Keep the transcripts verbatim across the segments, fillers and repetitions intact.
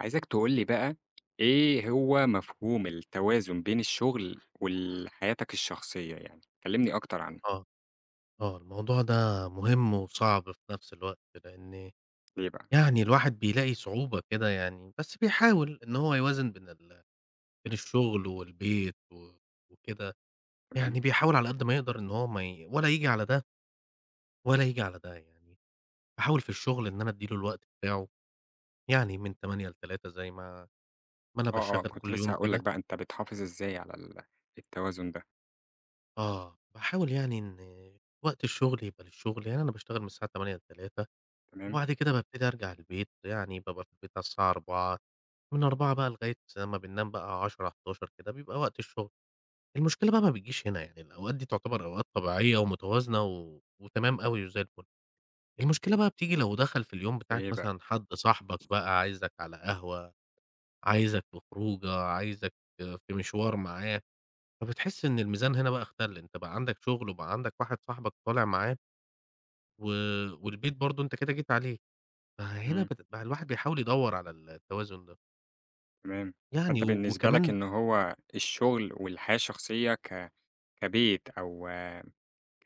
عايزك تقول لي بقى إيه هو مفهوم التوازن بين الشغل وال حياتك الشخصية يعني؟ كلّمني أكتر عنه. آه، آه، الموضوع ده مهم وصعب في نفس الوقت، لإن ليه بقى؟ يعني الواحد بيلاقي صعوبة كده يعني، بس بيحاول إن هو يوازن بين ال بين الشغل والبيت و وكده، تمام. يعني بيحاول على قد ما يقدر إن هو ما ي ولا ييجي على ده ولا ييجي على ده يعني. باحاول في الشغل إن أنا أدّي له الوقت بتاعه، يعني من تمانية ل15:00 زي ما ما أنا آه، آه، باشتغل كنت كل لسه يوم هاقول لك كده. بقى أنت بتحافظ إزاي على ال التوازن ده. آه، باحاول يعني إن وقت الشغل يبقى للشغل، يعني أنا باشتغل من الساعة تمانية ل15:00، تمام. وبعد كده بابتدي أرجع البيت، يعني بابقى في البيت على الساعة أربعة، من أربعة بقى لغاية أمّا بننام بقى عشرة، حداشر كده بيبقى وقت الشغل. المشكلة بقى ما بتجيش هنا، يعني الأوقات دي تعتبر أوقات طبيعية ومتوازنة و وتمام أوي وزي الفل. المشكلة بقى بتيجي لو دخل في اليوم بتاعك إيه بقى؟ مثلًا حد صاحبك بقى عايزك على قهوة، عايزك في خروجة، عايزك في مشوار معاه، فبتحس إن الميزان هنا بقى اختل، أنت بقى عندك شغل وبقى عندك واحد صاحبك طالع معاه، و والبيت برضه أنت كده جيت عليه. فهنا إمم. بتبقى الواحد بيحاول يدوّر على ال التوازن ده. تمام. يعني فأنت و بالنسبة لك وكمان إن هو الشغل والحياة الشخصية ك كبيت أو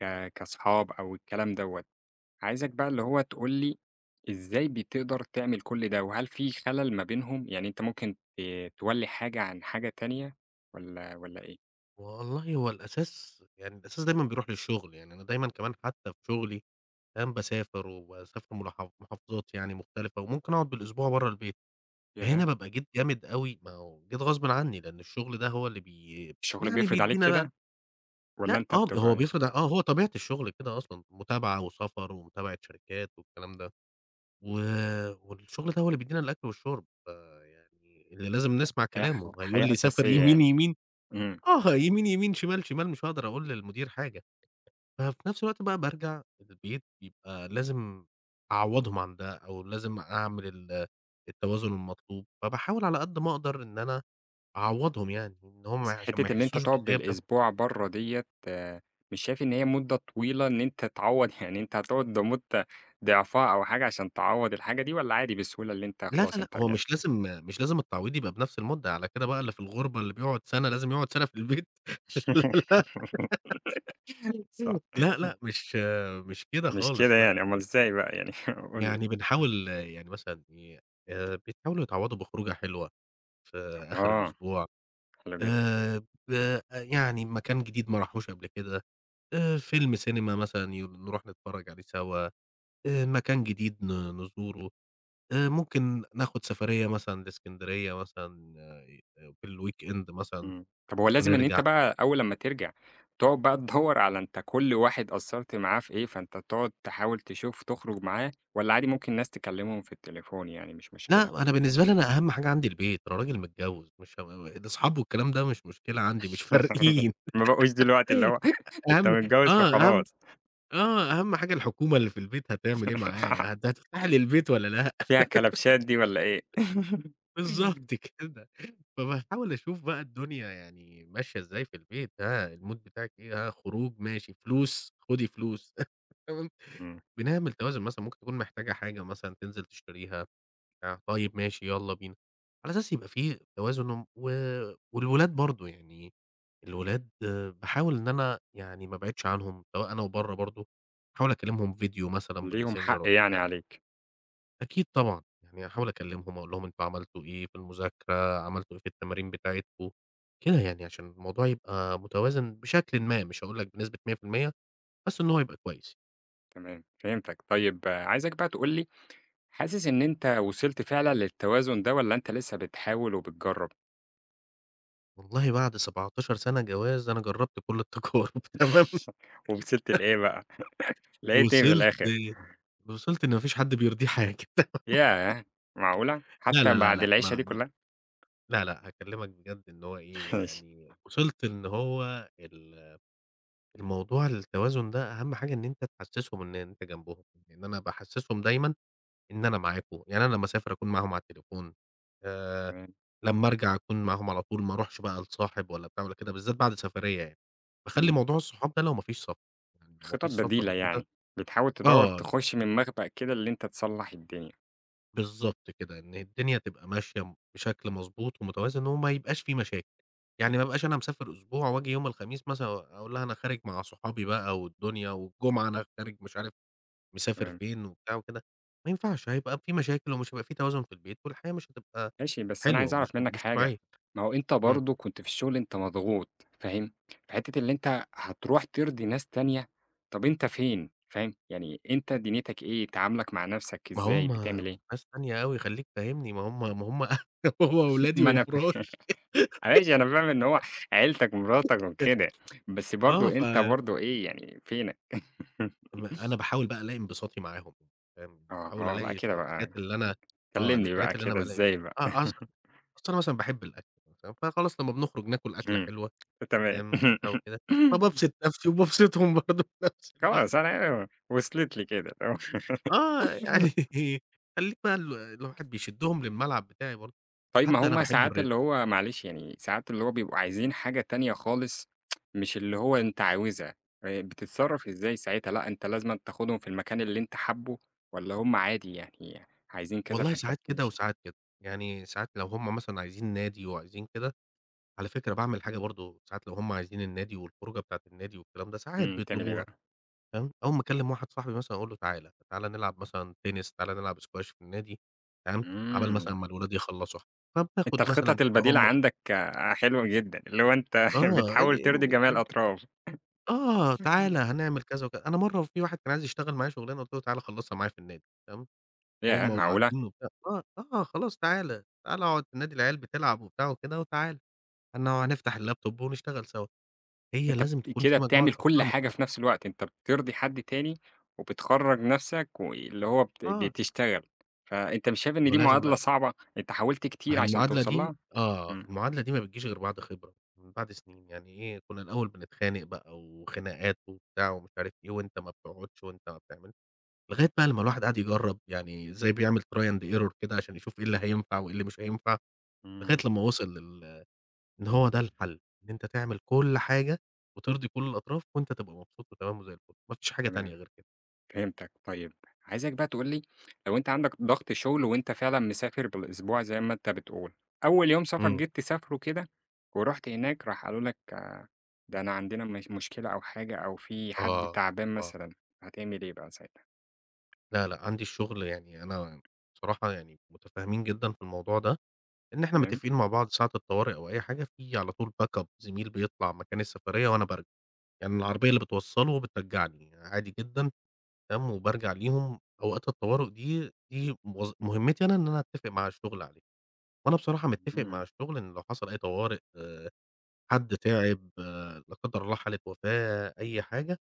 ك كاصحاب أو الكلام دوّة، عايزك بقى اللي هو تقول لي إزاي بتقدر تعمل كل ده، وهل في خلل ما بينهم؟ يعني أنت ممكن ت تولّي حاجة عن حاجة تانية والّا والّا إيه؟ والله هو الأساس، يعني الأساس دايمًا بيروح للشغل، يعني أنا دايمًا كمان حتّى في شغلي كمان باسافر، وباسافر ملاحف محافظات يعني مختلفة، وممكن أقعد بالأسبوع برّه البيت. ياه! فهنا بابقى جيت جامد أوي، ما هو جيت غصبٍ عنّي، لإن الشغل ده هو اللي بي الشغل يعني بيفرض عليك بيدّينا بقى. كده والّا لأ، أنت آه، بتبقى هو إيه؟ بيفرض، آه، هو طبيعة الشغل كده أصلًا، متابعة وسفر ومتابعة شركات والكلام ده. و والشغل ده هو اللي بيدّينا الأكل والشرب، فيعني اللي لازم نسمع حياة ح كلامه، هيقول حياة لي سافر أساسية يمين، يعني. يمين، إمم. آه، يمين، يمين، شمال، شمال، مش هاقدر أقول للمدير حاجة. ففي نفس الوقت بقى بارجع البيت، بيبقى لازم أعوّضهم عن ده، أو لازم أعمل ال التوازن المطلوب، فباحاول على قد ما أقدر إن أنا أعوّضهم، يعني إن هم بس عشان ما حتّة إن أنت يحسّوش تقعد بالغياب ده. بالأسبوع برّه ديّة، مش شايف إن هي مدة طويلة إن أنت تعوّض يعني أنت هتقعد لمدة ضعفها أو حاجة عشان تعوّض الحاجة دي، والّا عادي بسهولة اللي أنت لا، لا، خلاص لأ، أنت هو رجعت؟ مش لازم مش لازم التعويض يبقى بنفس المدة. على كده بقى اللي في الغُربة اللي بيقعد سَنة لازم يقعد سَنة في البيت. لا، لا. صح. لأ، لأ، مش مش كده مش كده خالص، لأ. يعني، أومال ال إزاي بقى يعني قُل لي. يعني بنحاول يعني مثلًا إيه، آآ بيحاولوا يتعوّضوا بخروجة حلوة في آخر آه، الأسبوع، حلو جدًا. آآ ب يعني مكان جديد ما راحوش قبل كده، آآ فيلم سينما مثلًا ي نروح نتفرّج عليه سوا، آآ مكان جديد ن نزوره، آآ ممكن ناخُد سفرية مثلًا لإسكندرية مثلًا آآ في الweekend مثلًا إمم. طب هو لازم إن أنت ونرجع. بقى أول لمّا ترجع تقعد بقى تدوّر على أنت كل واحد قصّرت معاه في إيه، فأنت تقعد تحاول تشوف تخرج معاه، والّا عادي ممكن ناس تكلمهم في التليفون يعني مش مشكلة؟ لأ، أنا بالنسبة لي أنا أهم حاجة عندي البيت، أنا راجل متجوّز، مش ه الأصحاب والكلام ده مش مشكلة عندي، مش فارقين. ما بقوش دلوقتي اللي هو أنت أهم متجوز آه، أهم فخلاص. آه، أهم حاجة الحكومة اللي في البيت هتعمل إيه معايا، هت هتفتح لي البيت والّا لأ؟ فيها كلبشات دي والّا إيه؟ بالضبط كده. فباحاول أشوف بقى الدنيا يعني ماشية إزاي في البيت، ها المود بتاعِك إيه، ها خروج ماشي، فلوس، خدي فلوس. تمام، إمم. بنعمل توازن، مثلًا ممكن تكون محتاجة حاجة مثلًا تنزل تشتريها. آه، طيب ماشي يالّا بينا، على أساس يبقى في توازن، وم و والولاد برضه يعني، الولاد باحاول إن أنا يعني ما ابعدش عنهم، سواء أنا إمم. وبرّه برضه، باحاول أكلمهم فيديو مثلًا ليهم حق بالماسنجر والّا يعني حاجة. عليك. أكيد طبعًا، يعني هاحاول أكلمهم أقول لهم أنتم عملتوا إيه في المذاكرة، عملتوا إيه في التمارين بتاعتكم، كده يعني عشان الموضوع يبقى متوازن بشكلٍ ما، مش هاقول لك بنسبة مئة في المئة، بس إن هو يبقى كويس. تمام، فهمتك. طيب آه، عايزك بقى تقول لي، حاسس إن أنت وصلت فعلًا للتوازن ده، والّا أنت لسه بتحاول وبتجرّب؟ والله بعد سبعة عشر سنة جواز أنا جربت كل التجارب. تمام. وصلت لإيه بقى؟ لقيت إيه في وصلت الآخر؟ وصلت إن ما فيش حد بيرضيه حاجة. ياه! معقولة! لا، لا، حتى لا، بعد لأ، العيشة دي أنا كلّها؟ لا، لأ، هاكلمك بجد إن هو إيه، ماشي. يعني وصلت إن هو ال الموضوع التوازن ده أهم حاجة إن أنت تحسّسهم إن أنت جنبهم، لإن أنا باحسّسهم دايمًا إن أنا معاكم، يعني أنا لمّا أسافر أكون معاهم على التليفون، آآ تمام. لمّا أرجع أكون معاهم على طول، ما أروحش بقى لصاحب ولا بتاع ولا كده، بالذات بعد سفرية يعني. باخلّي إمم. موضوع الصحاب ده لو ما فيش سفر، يعني لو ما خطط فيش سفر بديلة وكده. يعني. بتحاول تدوّر آه، تخش من مخبأ كده اللي أنت تصلّح الدنيا. بالضبط كده، إن الدنيا تبقى ماشية م بشكل مضبوط ومتوازن وما يبقاش في مشاكل، يعني ما ابقاش أنا مسافر أسبوع وآجي يوم الخميس مثلًا أقول لها أنا خارج مع صحابي بقى والدنيا، والجمعة أنا خارج مش عارف مسافر تمام. فين وبتاع وكده. ما ينفعش، هيبقى في مشاكل ومش هيبقى في توازن في البيت، والحياة مش هتبقى ماشي، بس أنا حلوة، عايز ومش أعرف ط منّك مش حاجة. طبيعية. ما هو أنت إمم، برضه كنت في الشغل أنت مضغوط فاهم، فحتّة اللي أنت هتروح ترضي ناس تانية، طَب أنت فين فاهم، يعني أنت دنيتك إيه، تعاملك مع نَفْسك ما إزاي، هُم بتعمل مش إيه؟ ناس تانية أوي، خلّيك فاهمني، ما هُم ما هُم هو وولادي ما أنا فاهم. ومراتي. ماشي أنا فاهم إن هو عيلتك مراتك وكده، بس آه برضه ف أنت برضه إيه يعني فينك؟ م أنا باحاول بقى ألاقي انبساطي معاهم، فاهم، باحاول أها، لأ ألاقي كده في بقى. الحاجات اللي أنا، آه، كلّمني بقى الحاجات اللي أنا كده بالاقي، إزاي بقى؟ آه، أص أصل أنا مثلًا باحب الأكل مثلًا، فخلاص لمّا بنخرج ناكل أكلة إمم. حلوة، تمام. فاهم، وبتاع وكده، فبابسط نفسي وبابسطهم برضه في نفس الوقت. خلاص أنا وصلت لي كده. آه، يعني خلّيك بقى، ال الواحد بيشدهم للملعب بتاعي برضه، طيب ما حتى أنا هُم باحب ساعات الر اللي هو معلش يعني ساعات اللي هو بيبقوا عايزين حاجة تانية خالص مش اللي هو إمم، أنت عاوزها، آآ بتتصرّف إزاي ساعتها؟ لأ أنت لازمًا تاخدهم في المكان اللي أنت حابّه، والّا هُم عادي يعني عايزين كذا والله فأنت ساعات كده بتمشي؟ وساعات كده، يعني ساعات لو هُم مثلًا عايزين نادي وعايزين كده، على فكرة باعمل حاجة برضه، ساعات لو هُم عايزين النادي والخروجة بتاعة النادي والكلام ده، ساعات إمم. تعمل إيه بيطلبوها. بقى؟ تمام، أول ما أكلم واحد صاحبي مثلًا أقول له تعالَ، تعالَ نلعب مثلًا تنس، تعالَ نلعب squash في النادي، تمام، عَبَال إمم. مثلًا ما الولاد يخلّصوا، أنت فبناخد مثلًا الخطط دي بقى البديلة هم. عندك آه، حلوة جدًا. اللي هو أنت آه، بتحاول ترضي يعني جميع الأطراف. آه، تعالَ هنعمل كذا وكذا. أنا مرّة في واحد كان عايز يشتغل معايا شغلانة، قُلت له تعالَ خلّصها معايا في النادي، تمام، ياه وهُم معقولة؟! وقاعدين وبتاع. آه، آه، خلاص تعالَ، تعالَ اقعد في النادي العيال بتلعب وبتاع وكده، وتعالَ هن هنفتح اللاب توب ونشتغل سوا. هي أنت لازم بت تكون كده في مجموعة بتعمل كل أفكار حاجة مختلفة. في نفس الوقت، أنت بترضي حد تاني وبتخرّج نفسك واللي هو بت آه، بتشتغل، فأنت مش شايف إن ما هو دي لازم معادلة بقى. صعبة؟ أنت حاولت ما كتير هي عشان المعادلة توصل دي، لها؟ آه، إمم. المعادلة دي ما بتجيش غير بعد خبرة، من بعد سنين، يعني إيه، كنا الأول بنتخانق بقى وخناقات وبتاع ومش عارف إيه، وأنت ما بتقعدش وأنت ما بتعملش، لغاية بقى لمّا الواحد قعد يجرّب، يعني زي بيعمل try and error كده عشان يشوف إيه اللي هينفع وإيه اللي مش هينفع، لغاية إمم. لمّا وصل لل إن هو ده الحل، إن أنت تعمل كل حاجة وترضي كل الأطراف وأنت تبقى مبسوط وتمام وزي الفل، ما فيش حاجة تمام، تانية غير كده. فهمتك. طيب عايزك بقى تقول لي، لو أنت عندك ضغط شغل وأنت فعلًا مسافر بالأسبوع زي ما أنت بتقول، أول يوم سفر إمم، جيت تسافره كده ورُحت هناك، راح قالوا لك آه، ده أنا عندنا مش مشكلة أو حاجة أو في حد آه، تعبان آه، مثلًا، هتعمل إيه بقى ساعتها؟ لا، لأ، عندي الشغل، يعني أنا بصراحة يعني متفاهمين جدًا في الموضوع ده. إن إحنا تمام. متفقين مع بعض ساعة الطوارئ أو أي حاجة، في على طول باك أب، زميل بيطلع مكان السفرية وأنا بارجع، يعني العربية اللي بتوصّله بترجّعني عادي جدًا. تمام، وبارجع ليهم. أوقات الطوارئ دي دي موظ مهمتي أنا إن أنا أتّفق مع الشغل عليه، وأنا بصراحة متّفق مع إمم. الشغل إن لو حصل أي طوارئ، آآ، حد تعب، آه، لا قدّر الله حالة وفاة أي حاجة،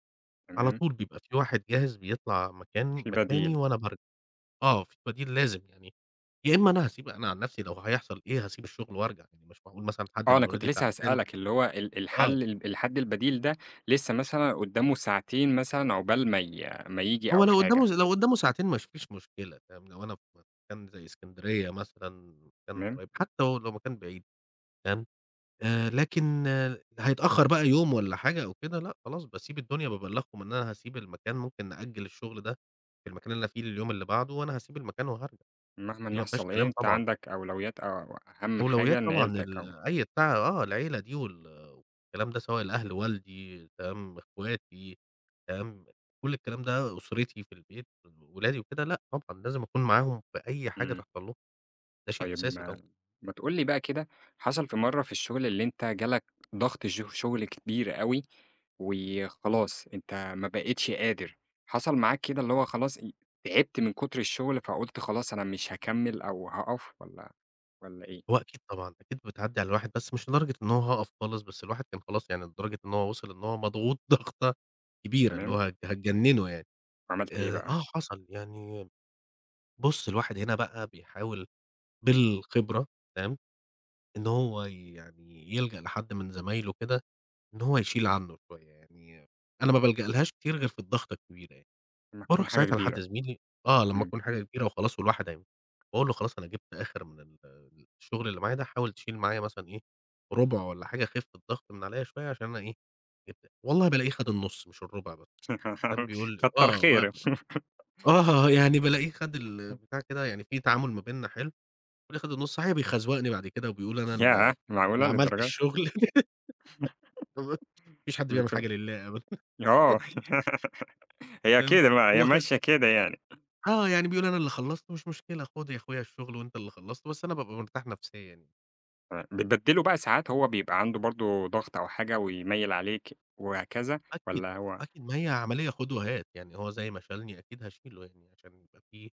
على تمام. طول بيبقى في واحد جاهز بيطلع مكاني في مكاني بديل. وأنا بارجع. آه، في بديل لازم، يعني يا إما أنا هاسيب أنا عن نفسي لو هيحصل إيه هاسيب الشغل وأرجع، يعني مش معقول مثلًا حد آه، أنا من كنت ولادي لسه تعبان. هاسألك اللي هو ال آه، الحل ال الحد البديل ده لسه مثلًا قدّامه ساعتين مثلًا عقبال ما ي ما ييجي هو أو لو حاجة. قدّامه لو قدّامه ساعتين ما فيش مشكلة، فاهم، لو أنا في مكان زي إسكندرية مثلًا، مكان تمام. قريب، حتى لو لو مكان بعيد، فاهم، آآ، لكن آه هيتأخر بقى يوم والّا حاجة أو كده، لأ خلاص باسيب الدنيا، بابلّغهم إن أنا هاسيب المكان، ممكن نأجل الشغل ده في المكان اللي أنا فيه لليوم اللي بعده، وأنا هاسيب المكان وهارجع. مهمًا دي ما فيهاش يحصل إيه، كلام أنت طبعًا. عندك أولويات أو أهم حاجة أولويات إن طبعًا، عيلتك أهو. ال أي بتاع آه، العيلة دي، وال والكلام ده، سواء الأهل، والدي، تمام، إخواتي، تمام، كل الكلام ده، أسرتي في البيت، ولادي وكده، لأ طبعًا لازم أكون معاهم في أي حاجة إمم. تحصل لهم. ده شيء طيب أساسي طبعًا. ما، ما تقول لي بقى كده، حصل في مرّة في الشغل اللي أنت جالك ضغط ش شغل كبير أوي وخلاص أنت ما بقيتش قادر، حصل معاك كده اللي هو خلاص أ تعبت من كتر الشغل فقُلت خلاص أنا مش هاكمّل أو هاقف، والّا والّا إيه؟ هو أكيد طبعًا، أكيد بتعدّي على الواحد، بس مش لدرجة إن هو هاقف خالص، بس الواحد كان خلاص يعني لدرجة إن هو وصل إن هو مضغوط ضغطة كبيرة، اللي تمام. هو هت هتجننه يعني. وعملت إيه آآ، بقى؟ آه حصل، يعني بُص الواحد هنا بقى بيحاول بالخبرة، تمام، إن هو يعني يلجأ لحد من زمايله كده، إن هو يشيل عنّه شوية، يعني أنا ما بالجألهاش كتير غير في الضغطة الكبيرة يعني، لمّا تكون باروح حاجة ساعتها لحد كبيرة. زميلي. آه، لمّا إمم. تكون حاجة كبيرة وخلاص والواحد هيموت، باقول له: "خلاص أنا جبت آخر من ال الشغل اللي معايا ده، حاول تشيل معايا مثلًا إيه، رُبع والّا حاجة، خِف الضغط من عليَّ شوية عشان أنا إيه، جبت." والله بالاقيه خَد النُص مش الرُبع بس، كان بيقول لي كتّر آه، ب خيرِك. آه، يعني بالاقيه خَد البتاع كده، يعني في تعامل ما بيننا حلو، بالاقيه خَد النُص، صحيح بيخزوقني بعد كده وبيقول أنا ال ياه! معقولة اللي عملت للدرجة دي! الشغل. ما فيش حد بيعمل بت حاجة لله أبدًا. آه. هي فهمت. كده بقى، هي هو خد، ماشية كده يعني. آه، يعني بيقول أنا اللي خلّصت مش مشكلة، خُد يا أخويا الشغل وأنت اللي خلّصت، بس أنا بابقى مرتاح نفسيًا يعني. تمام. بتبدّله بقى ساعات هو بيبقى عنده برضه ضغط أو حاجة ويميّل عليك وهكذا، أكيد، والّا هو أكيد ما هي عملية خُد وهات، يعني هو زي ما شالني أكيد هاشيله، يعني عشان يبقى في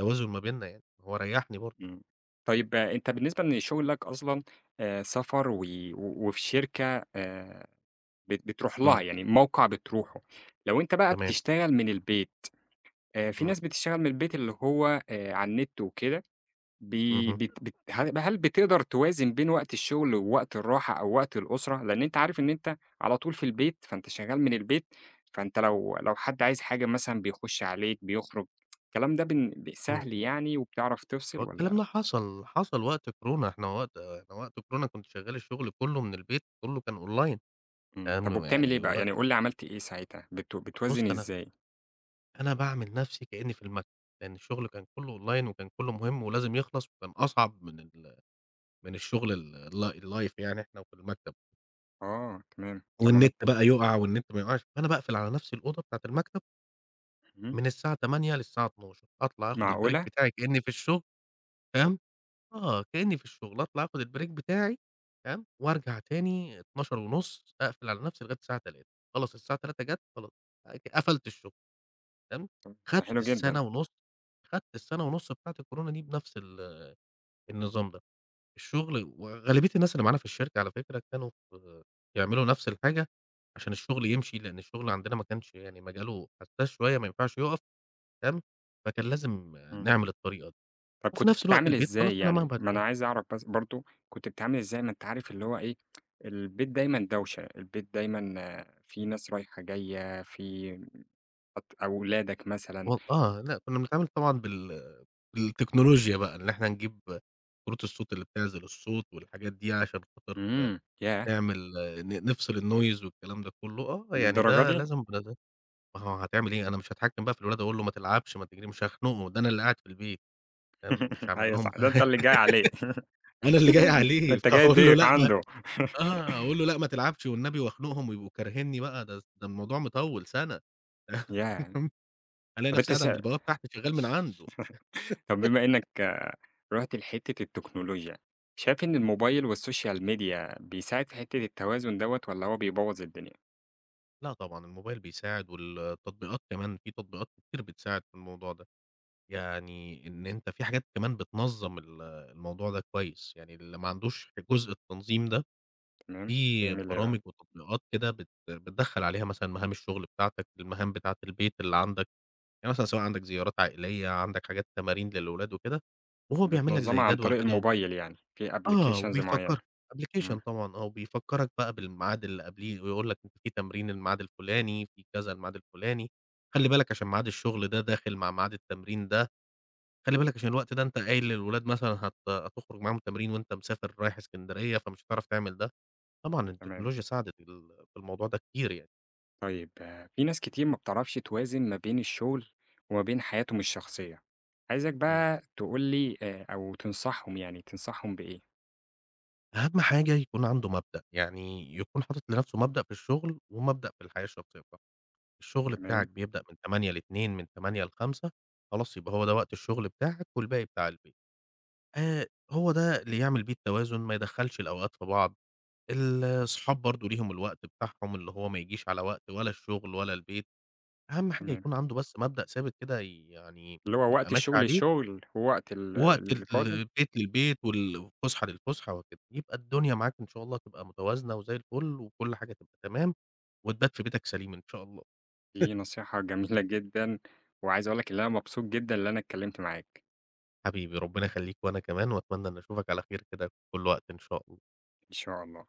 توازن ما بيننا يعني، هو ريّحني برضه. إمم. طيب أنت بالنسبة لشغلك أصلًا، آآ سفر و وفي شركة آآ، بت بتروح لها إمم، يعني موقع بتروحه. لو أنت بقى تمام، بتشتغل من البيت، آآ في إمم، ناس بتشتغل من البيت اللي هو آآ على النت وكده، بي اهم، بت بت هل هل بتقدر توازن بين وقت الشغل ووقت الراحة أو وقت الأسرة؟ لأن أنت عارف إن أنت على طول في البيت، فأنت شغال من البيت، فأنت لو، لو حد عايز حاجة مثلًا بيخش عليك، بيخرج، الكلام ده بن ب إمم. سهل يعني وبتعرف تفصل هو والّا الكلام ده حصل، حصل وقت كورونا، إحنا وقت أنا وقت كورونا كنت شغّال الشغل كلّه من البيت، كلّه كان أونلاين، إمم. طب فاهم، وبتعمل إيه يعني بقى؟ وقت يعني قُل لي عملت إيه ساعتها؟ بت بُص بتوازن أنا، إزاي؟ أنا باعمل نَفْسي كإنّي في المكتب، لإن الشغل كان كُلّه online وكان كُلّه مهم ولازم يخلص، وكان أصعب من ال من الشغل ال ال الlive يعني إحنا وفي المكتب، آه تمام. طب والنت عملت إيه؟ بقى يُقع والنت ما يُقعش، فأنا باقفل على نَفْسي الأوضة بتاعة المكتب اهم. من الساعة تمانية للساعة الثانية عشرة أطلع آخُد الbreak معقولة! بتاعي كإنّي في الشغل، تمام، آه، كإنّي في الشغل أطلع آخُد الbreak بتاعي، تمام، وأرجع تاني اتناشر ونص أقفل على نَفْسي لغاية الساعة تلاتة، خلاص الساعة الثالثة جَت خلاص، ق قفلت الشغل. تمام، طب ده خدت حلو جدًا. السَنة ونُص، خدت السَنة ونُص بتاعة الكورونا دي بنفس ال النظام ده، الشغل وغالبية الناس اللي معانا في الشركة على فكرة كانوا في يعملوا نفس الحاجة عشان الشغل يمشي، لإن الشغل عندنا ما كانش يعني مجاله حساس شوية ما ينفعش يُقف، تمام، فكان لازم إمم. نعمل الطريقة دي. طب وفي كنت نفس الوقت بتتعامل البيت خلاص إزاي أنا ما يعني؟ ما أنا بت عايز أعرف بس برضه كنت بتتعامل إزاي؟ ما أنت عارف اللي هو إيه، البيت دايمًا دوشة، البيت دايمًا آه، في ناس رايحة جاية، في أط أولادك مثلًا. و آه، لأ كنا بنتعامل طبعًا بال بالتكنولوجيا بقى، إن إحنا نجيب كروت الصوت اللي بتعزل الصوت والحاجات دي عشان خاطر إمم. ياه! نعمل ن نفصل الnoise والكلام ده كله. آه، يعني للدرجة ده دي! لازم بن ما هو هتعمل إيه؟ أنا مش هاتحكم بقى في الولاد أقول له ما تلعبش، ما تجري، مش هاخنقه، ده أنا اللي قاعد في البيت، فاهم، مش هاعمل أيوه صح، لهم. ده أنت اللي جاي عليه. أنا اللي جاي عليه، أنت جاي فاقول له ضيف لأ ما عنده. آه، أقول له: "لأ ما تلعبش والنبي" واخنقهم ويبقوا كارهينّي بقى، ده ده الموضوع مطوّل سَنة. ياه! فاهم، ألاقي طب نفسي أنت قاعد عند شا البواب تحت شغّال من عنده. طب بما إنك آه، رُحت لحتة التكنولوجيا، شايف إن الموبايل والسوشيال ميديا بيساعد في حتة التوازن دوّة والّا هو بيبوظ الدنيا؟ لأ طبعًا الموبايل بيساعد والتطبيقات كمان، في تطبيقات كتير بتساعد في الموضوع ده. يعني إن أنت في حاجات كمان بتنظّم ال الموضوع ده كويس، يعني اللي ما عندوش جزء التنظيم ده، تمام. في تعمل إيه بقى؟ برامج وتطبيقات كده بت بتدخّل عليها مثلًا مهام الشغل بتاعتك، المهام بتاعة البيت اللي عندك، يعني مثلًا سواء عندك زيارات عائلية، عندك حاجات تمارين للولاد وكده، وهو بيعمل لك زي بتنظّمها عن جدول طريق كده وب الموبايل يعني، في آه، applications معيّنة. وبيفكّرك application إمم. طبعًا، آه، وبيفكّرك بقى بالميعاد اللي قبليه ويقول لك أنت في تمرين الميعاد الفلاني، في كذا الميعاد الفلاني، خلّي بالك عشان ميعاد الشغل ده داخل مع ميعاد التمرين ده، خلّي بالك عشان الوقت ده أنت قايل للولاد مثلًا هت هتخرج معاهم تمرين وأنت مسافر رايح إسكندرية، فمش هتعرف تعمل ده. طبعًا تمام. التكنولوجيا ساعدت ال في الموضوع ده كتير يعني. طيب آه، في ناس كتير ما بتعرفش توازن ما بين الشغل وما بين حياتهم الشخصية، عايزك إمم. بقى تقول لي آآ أو تنصحهم يعني، تنصحهم بإيه؟ أهم حاجة يكون عنده مبدأ، يعني يكون حاطط لنفسه مبدأ في الشغل ومبدأ في الحياة الشخصية بتاعته، الشغل بتاعك تمام. بيبدأ من تمانية ل14:00، من تمانية ل17:00، خلاص يبقى هو ده وقت الشغل بتاعك والباقي بتاع البيت. آآ هو ده اللي يعمل بيه التوازن، ما يدخّلش الأوقات في بعض، الصحاب برضه ليهم الوقت بتاعهم اللي هو ما يجيش على وقت ولا الشغل ولا البيت. أهم حاجة تمام. يكون عنده بس مبدأ ثابت كده يعني اللي هو يبقى وقت ماشي الشغل عليه، الشغل ووقت ال ووقت اللي ال فاضي. البيت للبيت والفسحة للفسحة وكده، يبقى الدنيا معاك إن شاء الله تبقى متوازنة وزي الفل، وكل حاجة تبقى تمام، وتبات في بيتك سليم إن شاء الله. دي نصيحة جميلة جدًا. وعايز أقول لك اللي أنا مبسوط جدًا اللي أنا اتكلّمت معاك. حبيبي ربنا يخليك وأنا كمان، وأتمنى إني أشوفك على خير كده في كل وقت إن شاء الله. إن شاء الله.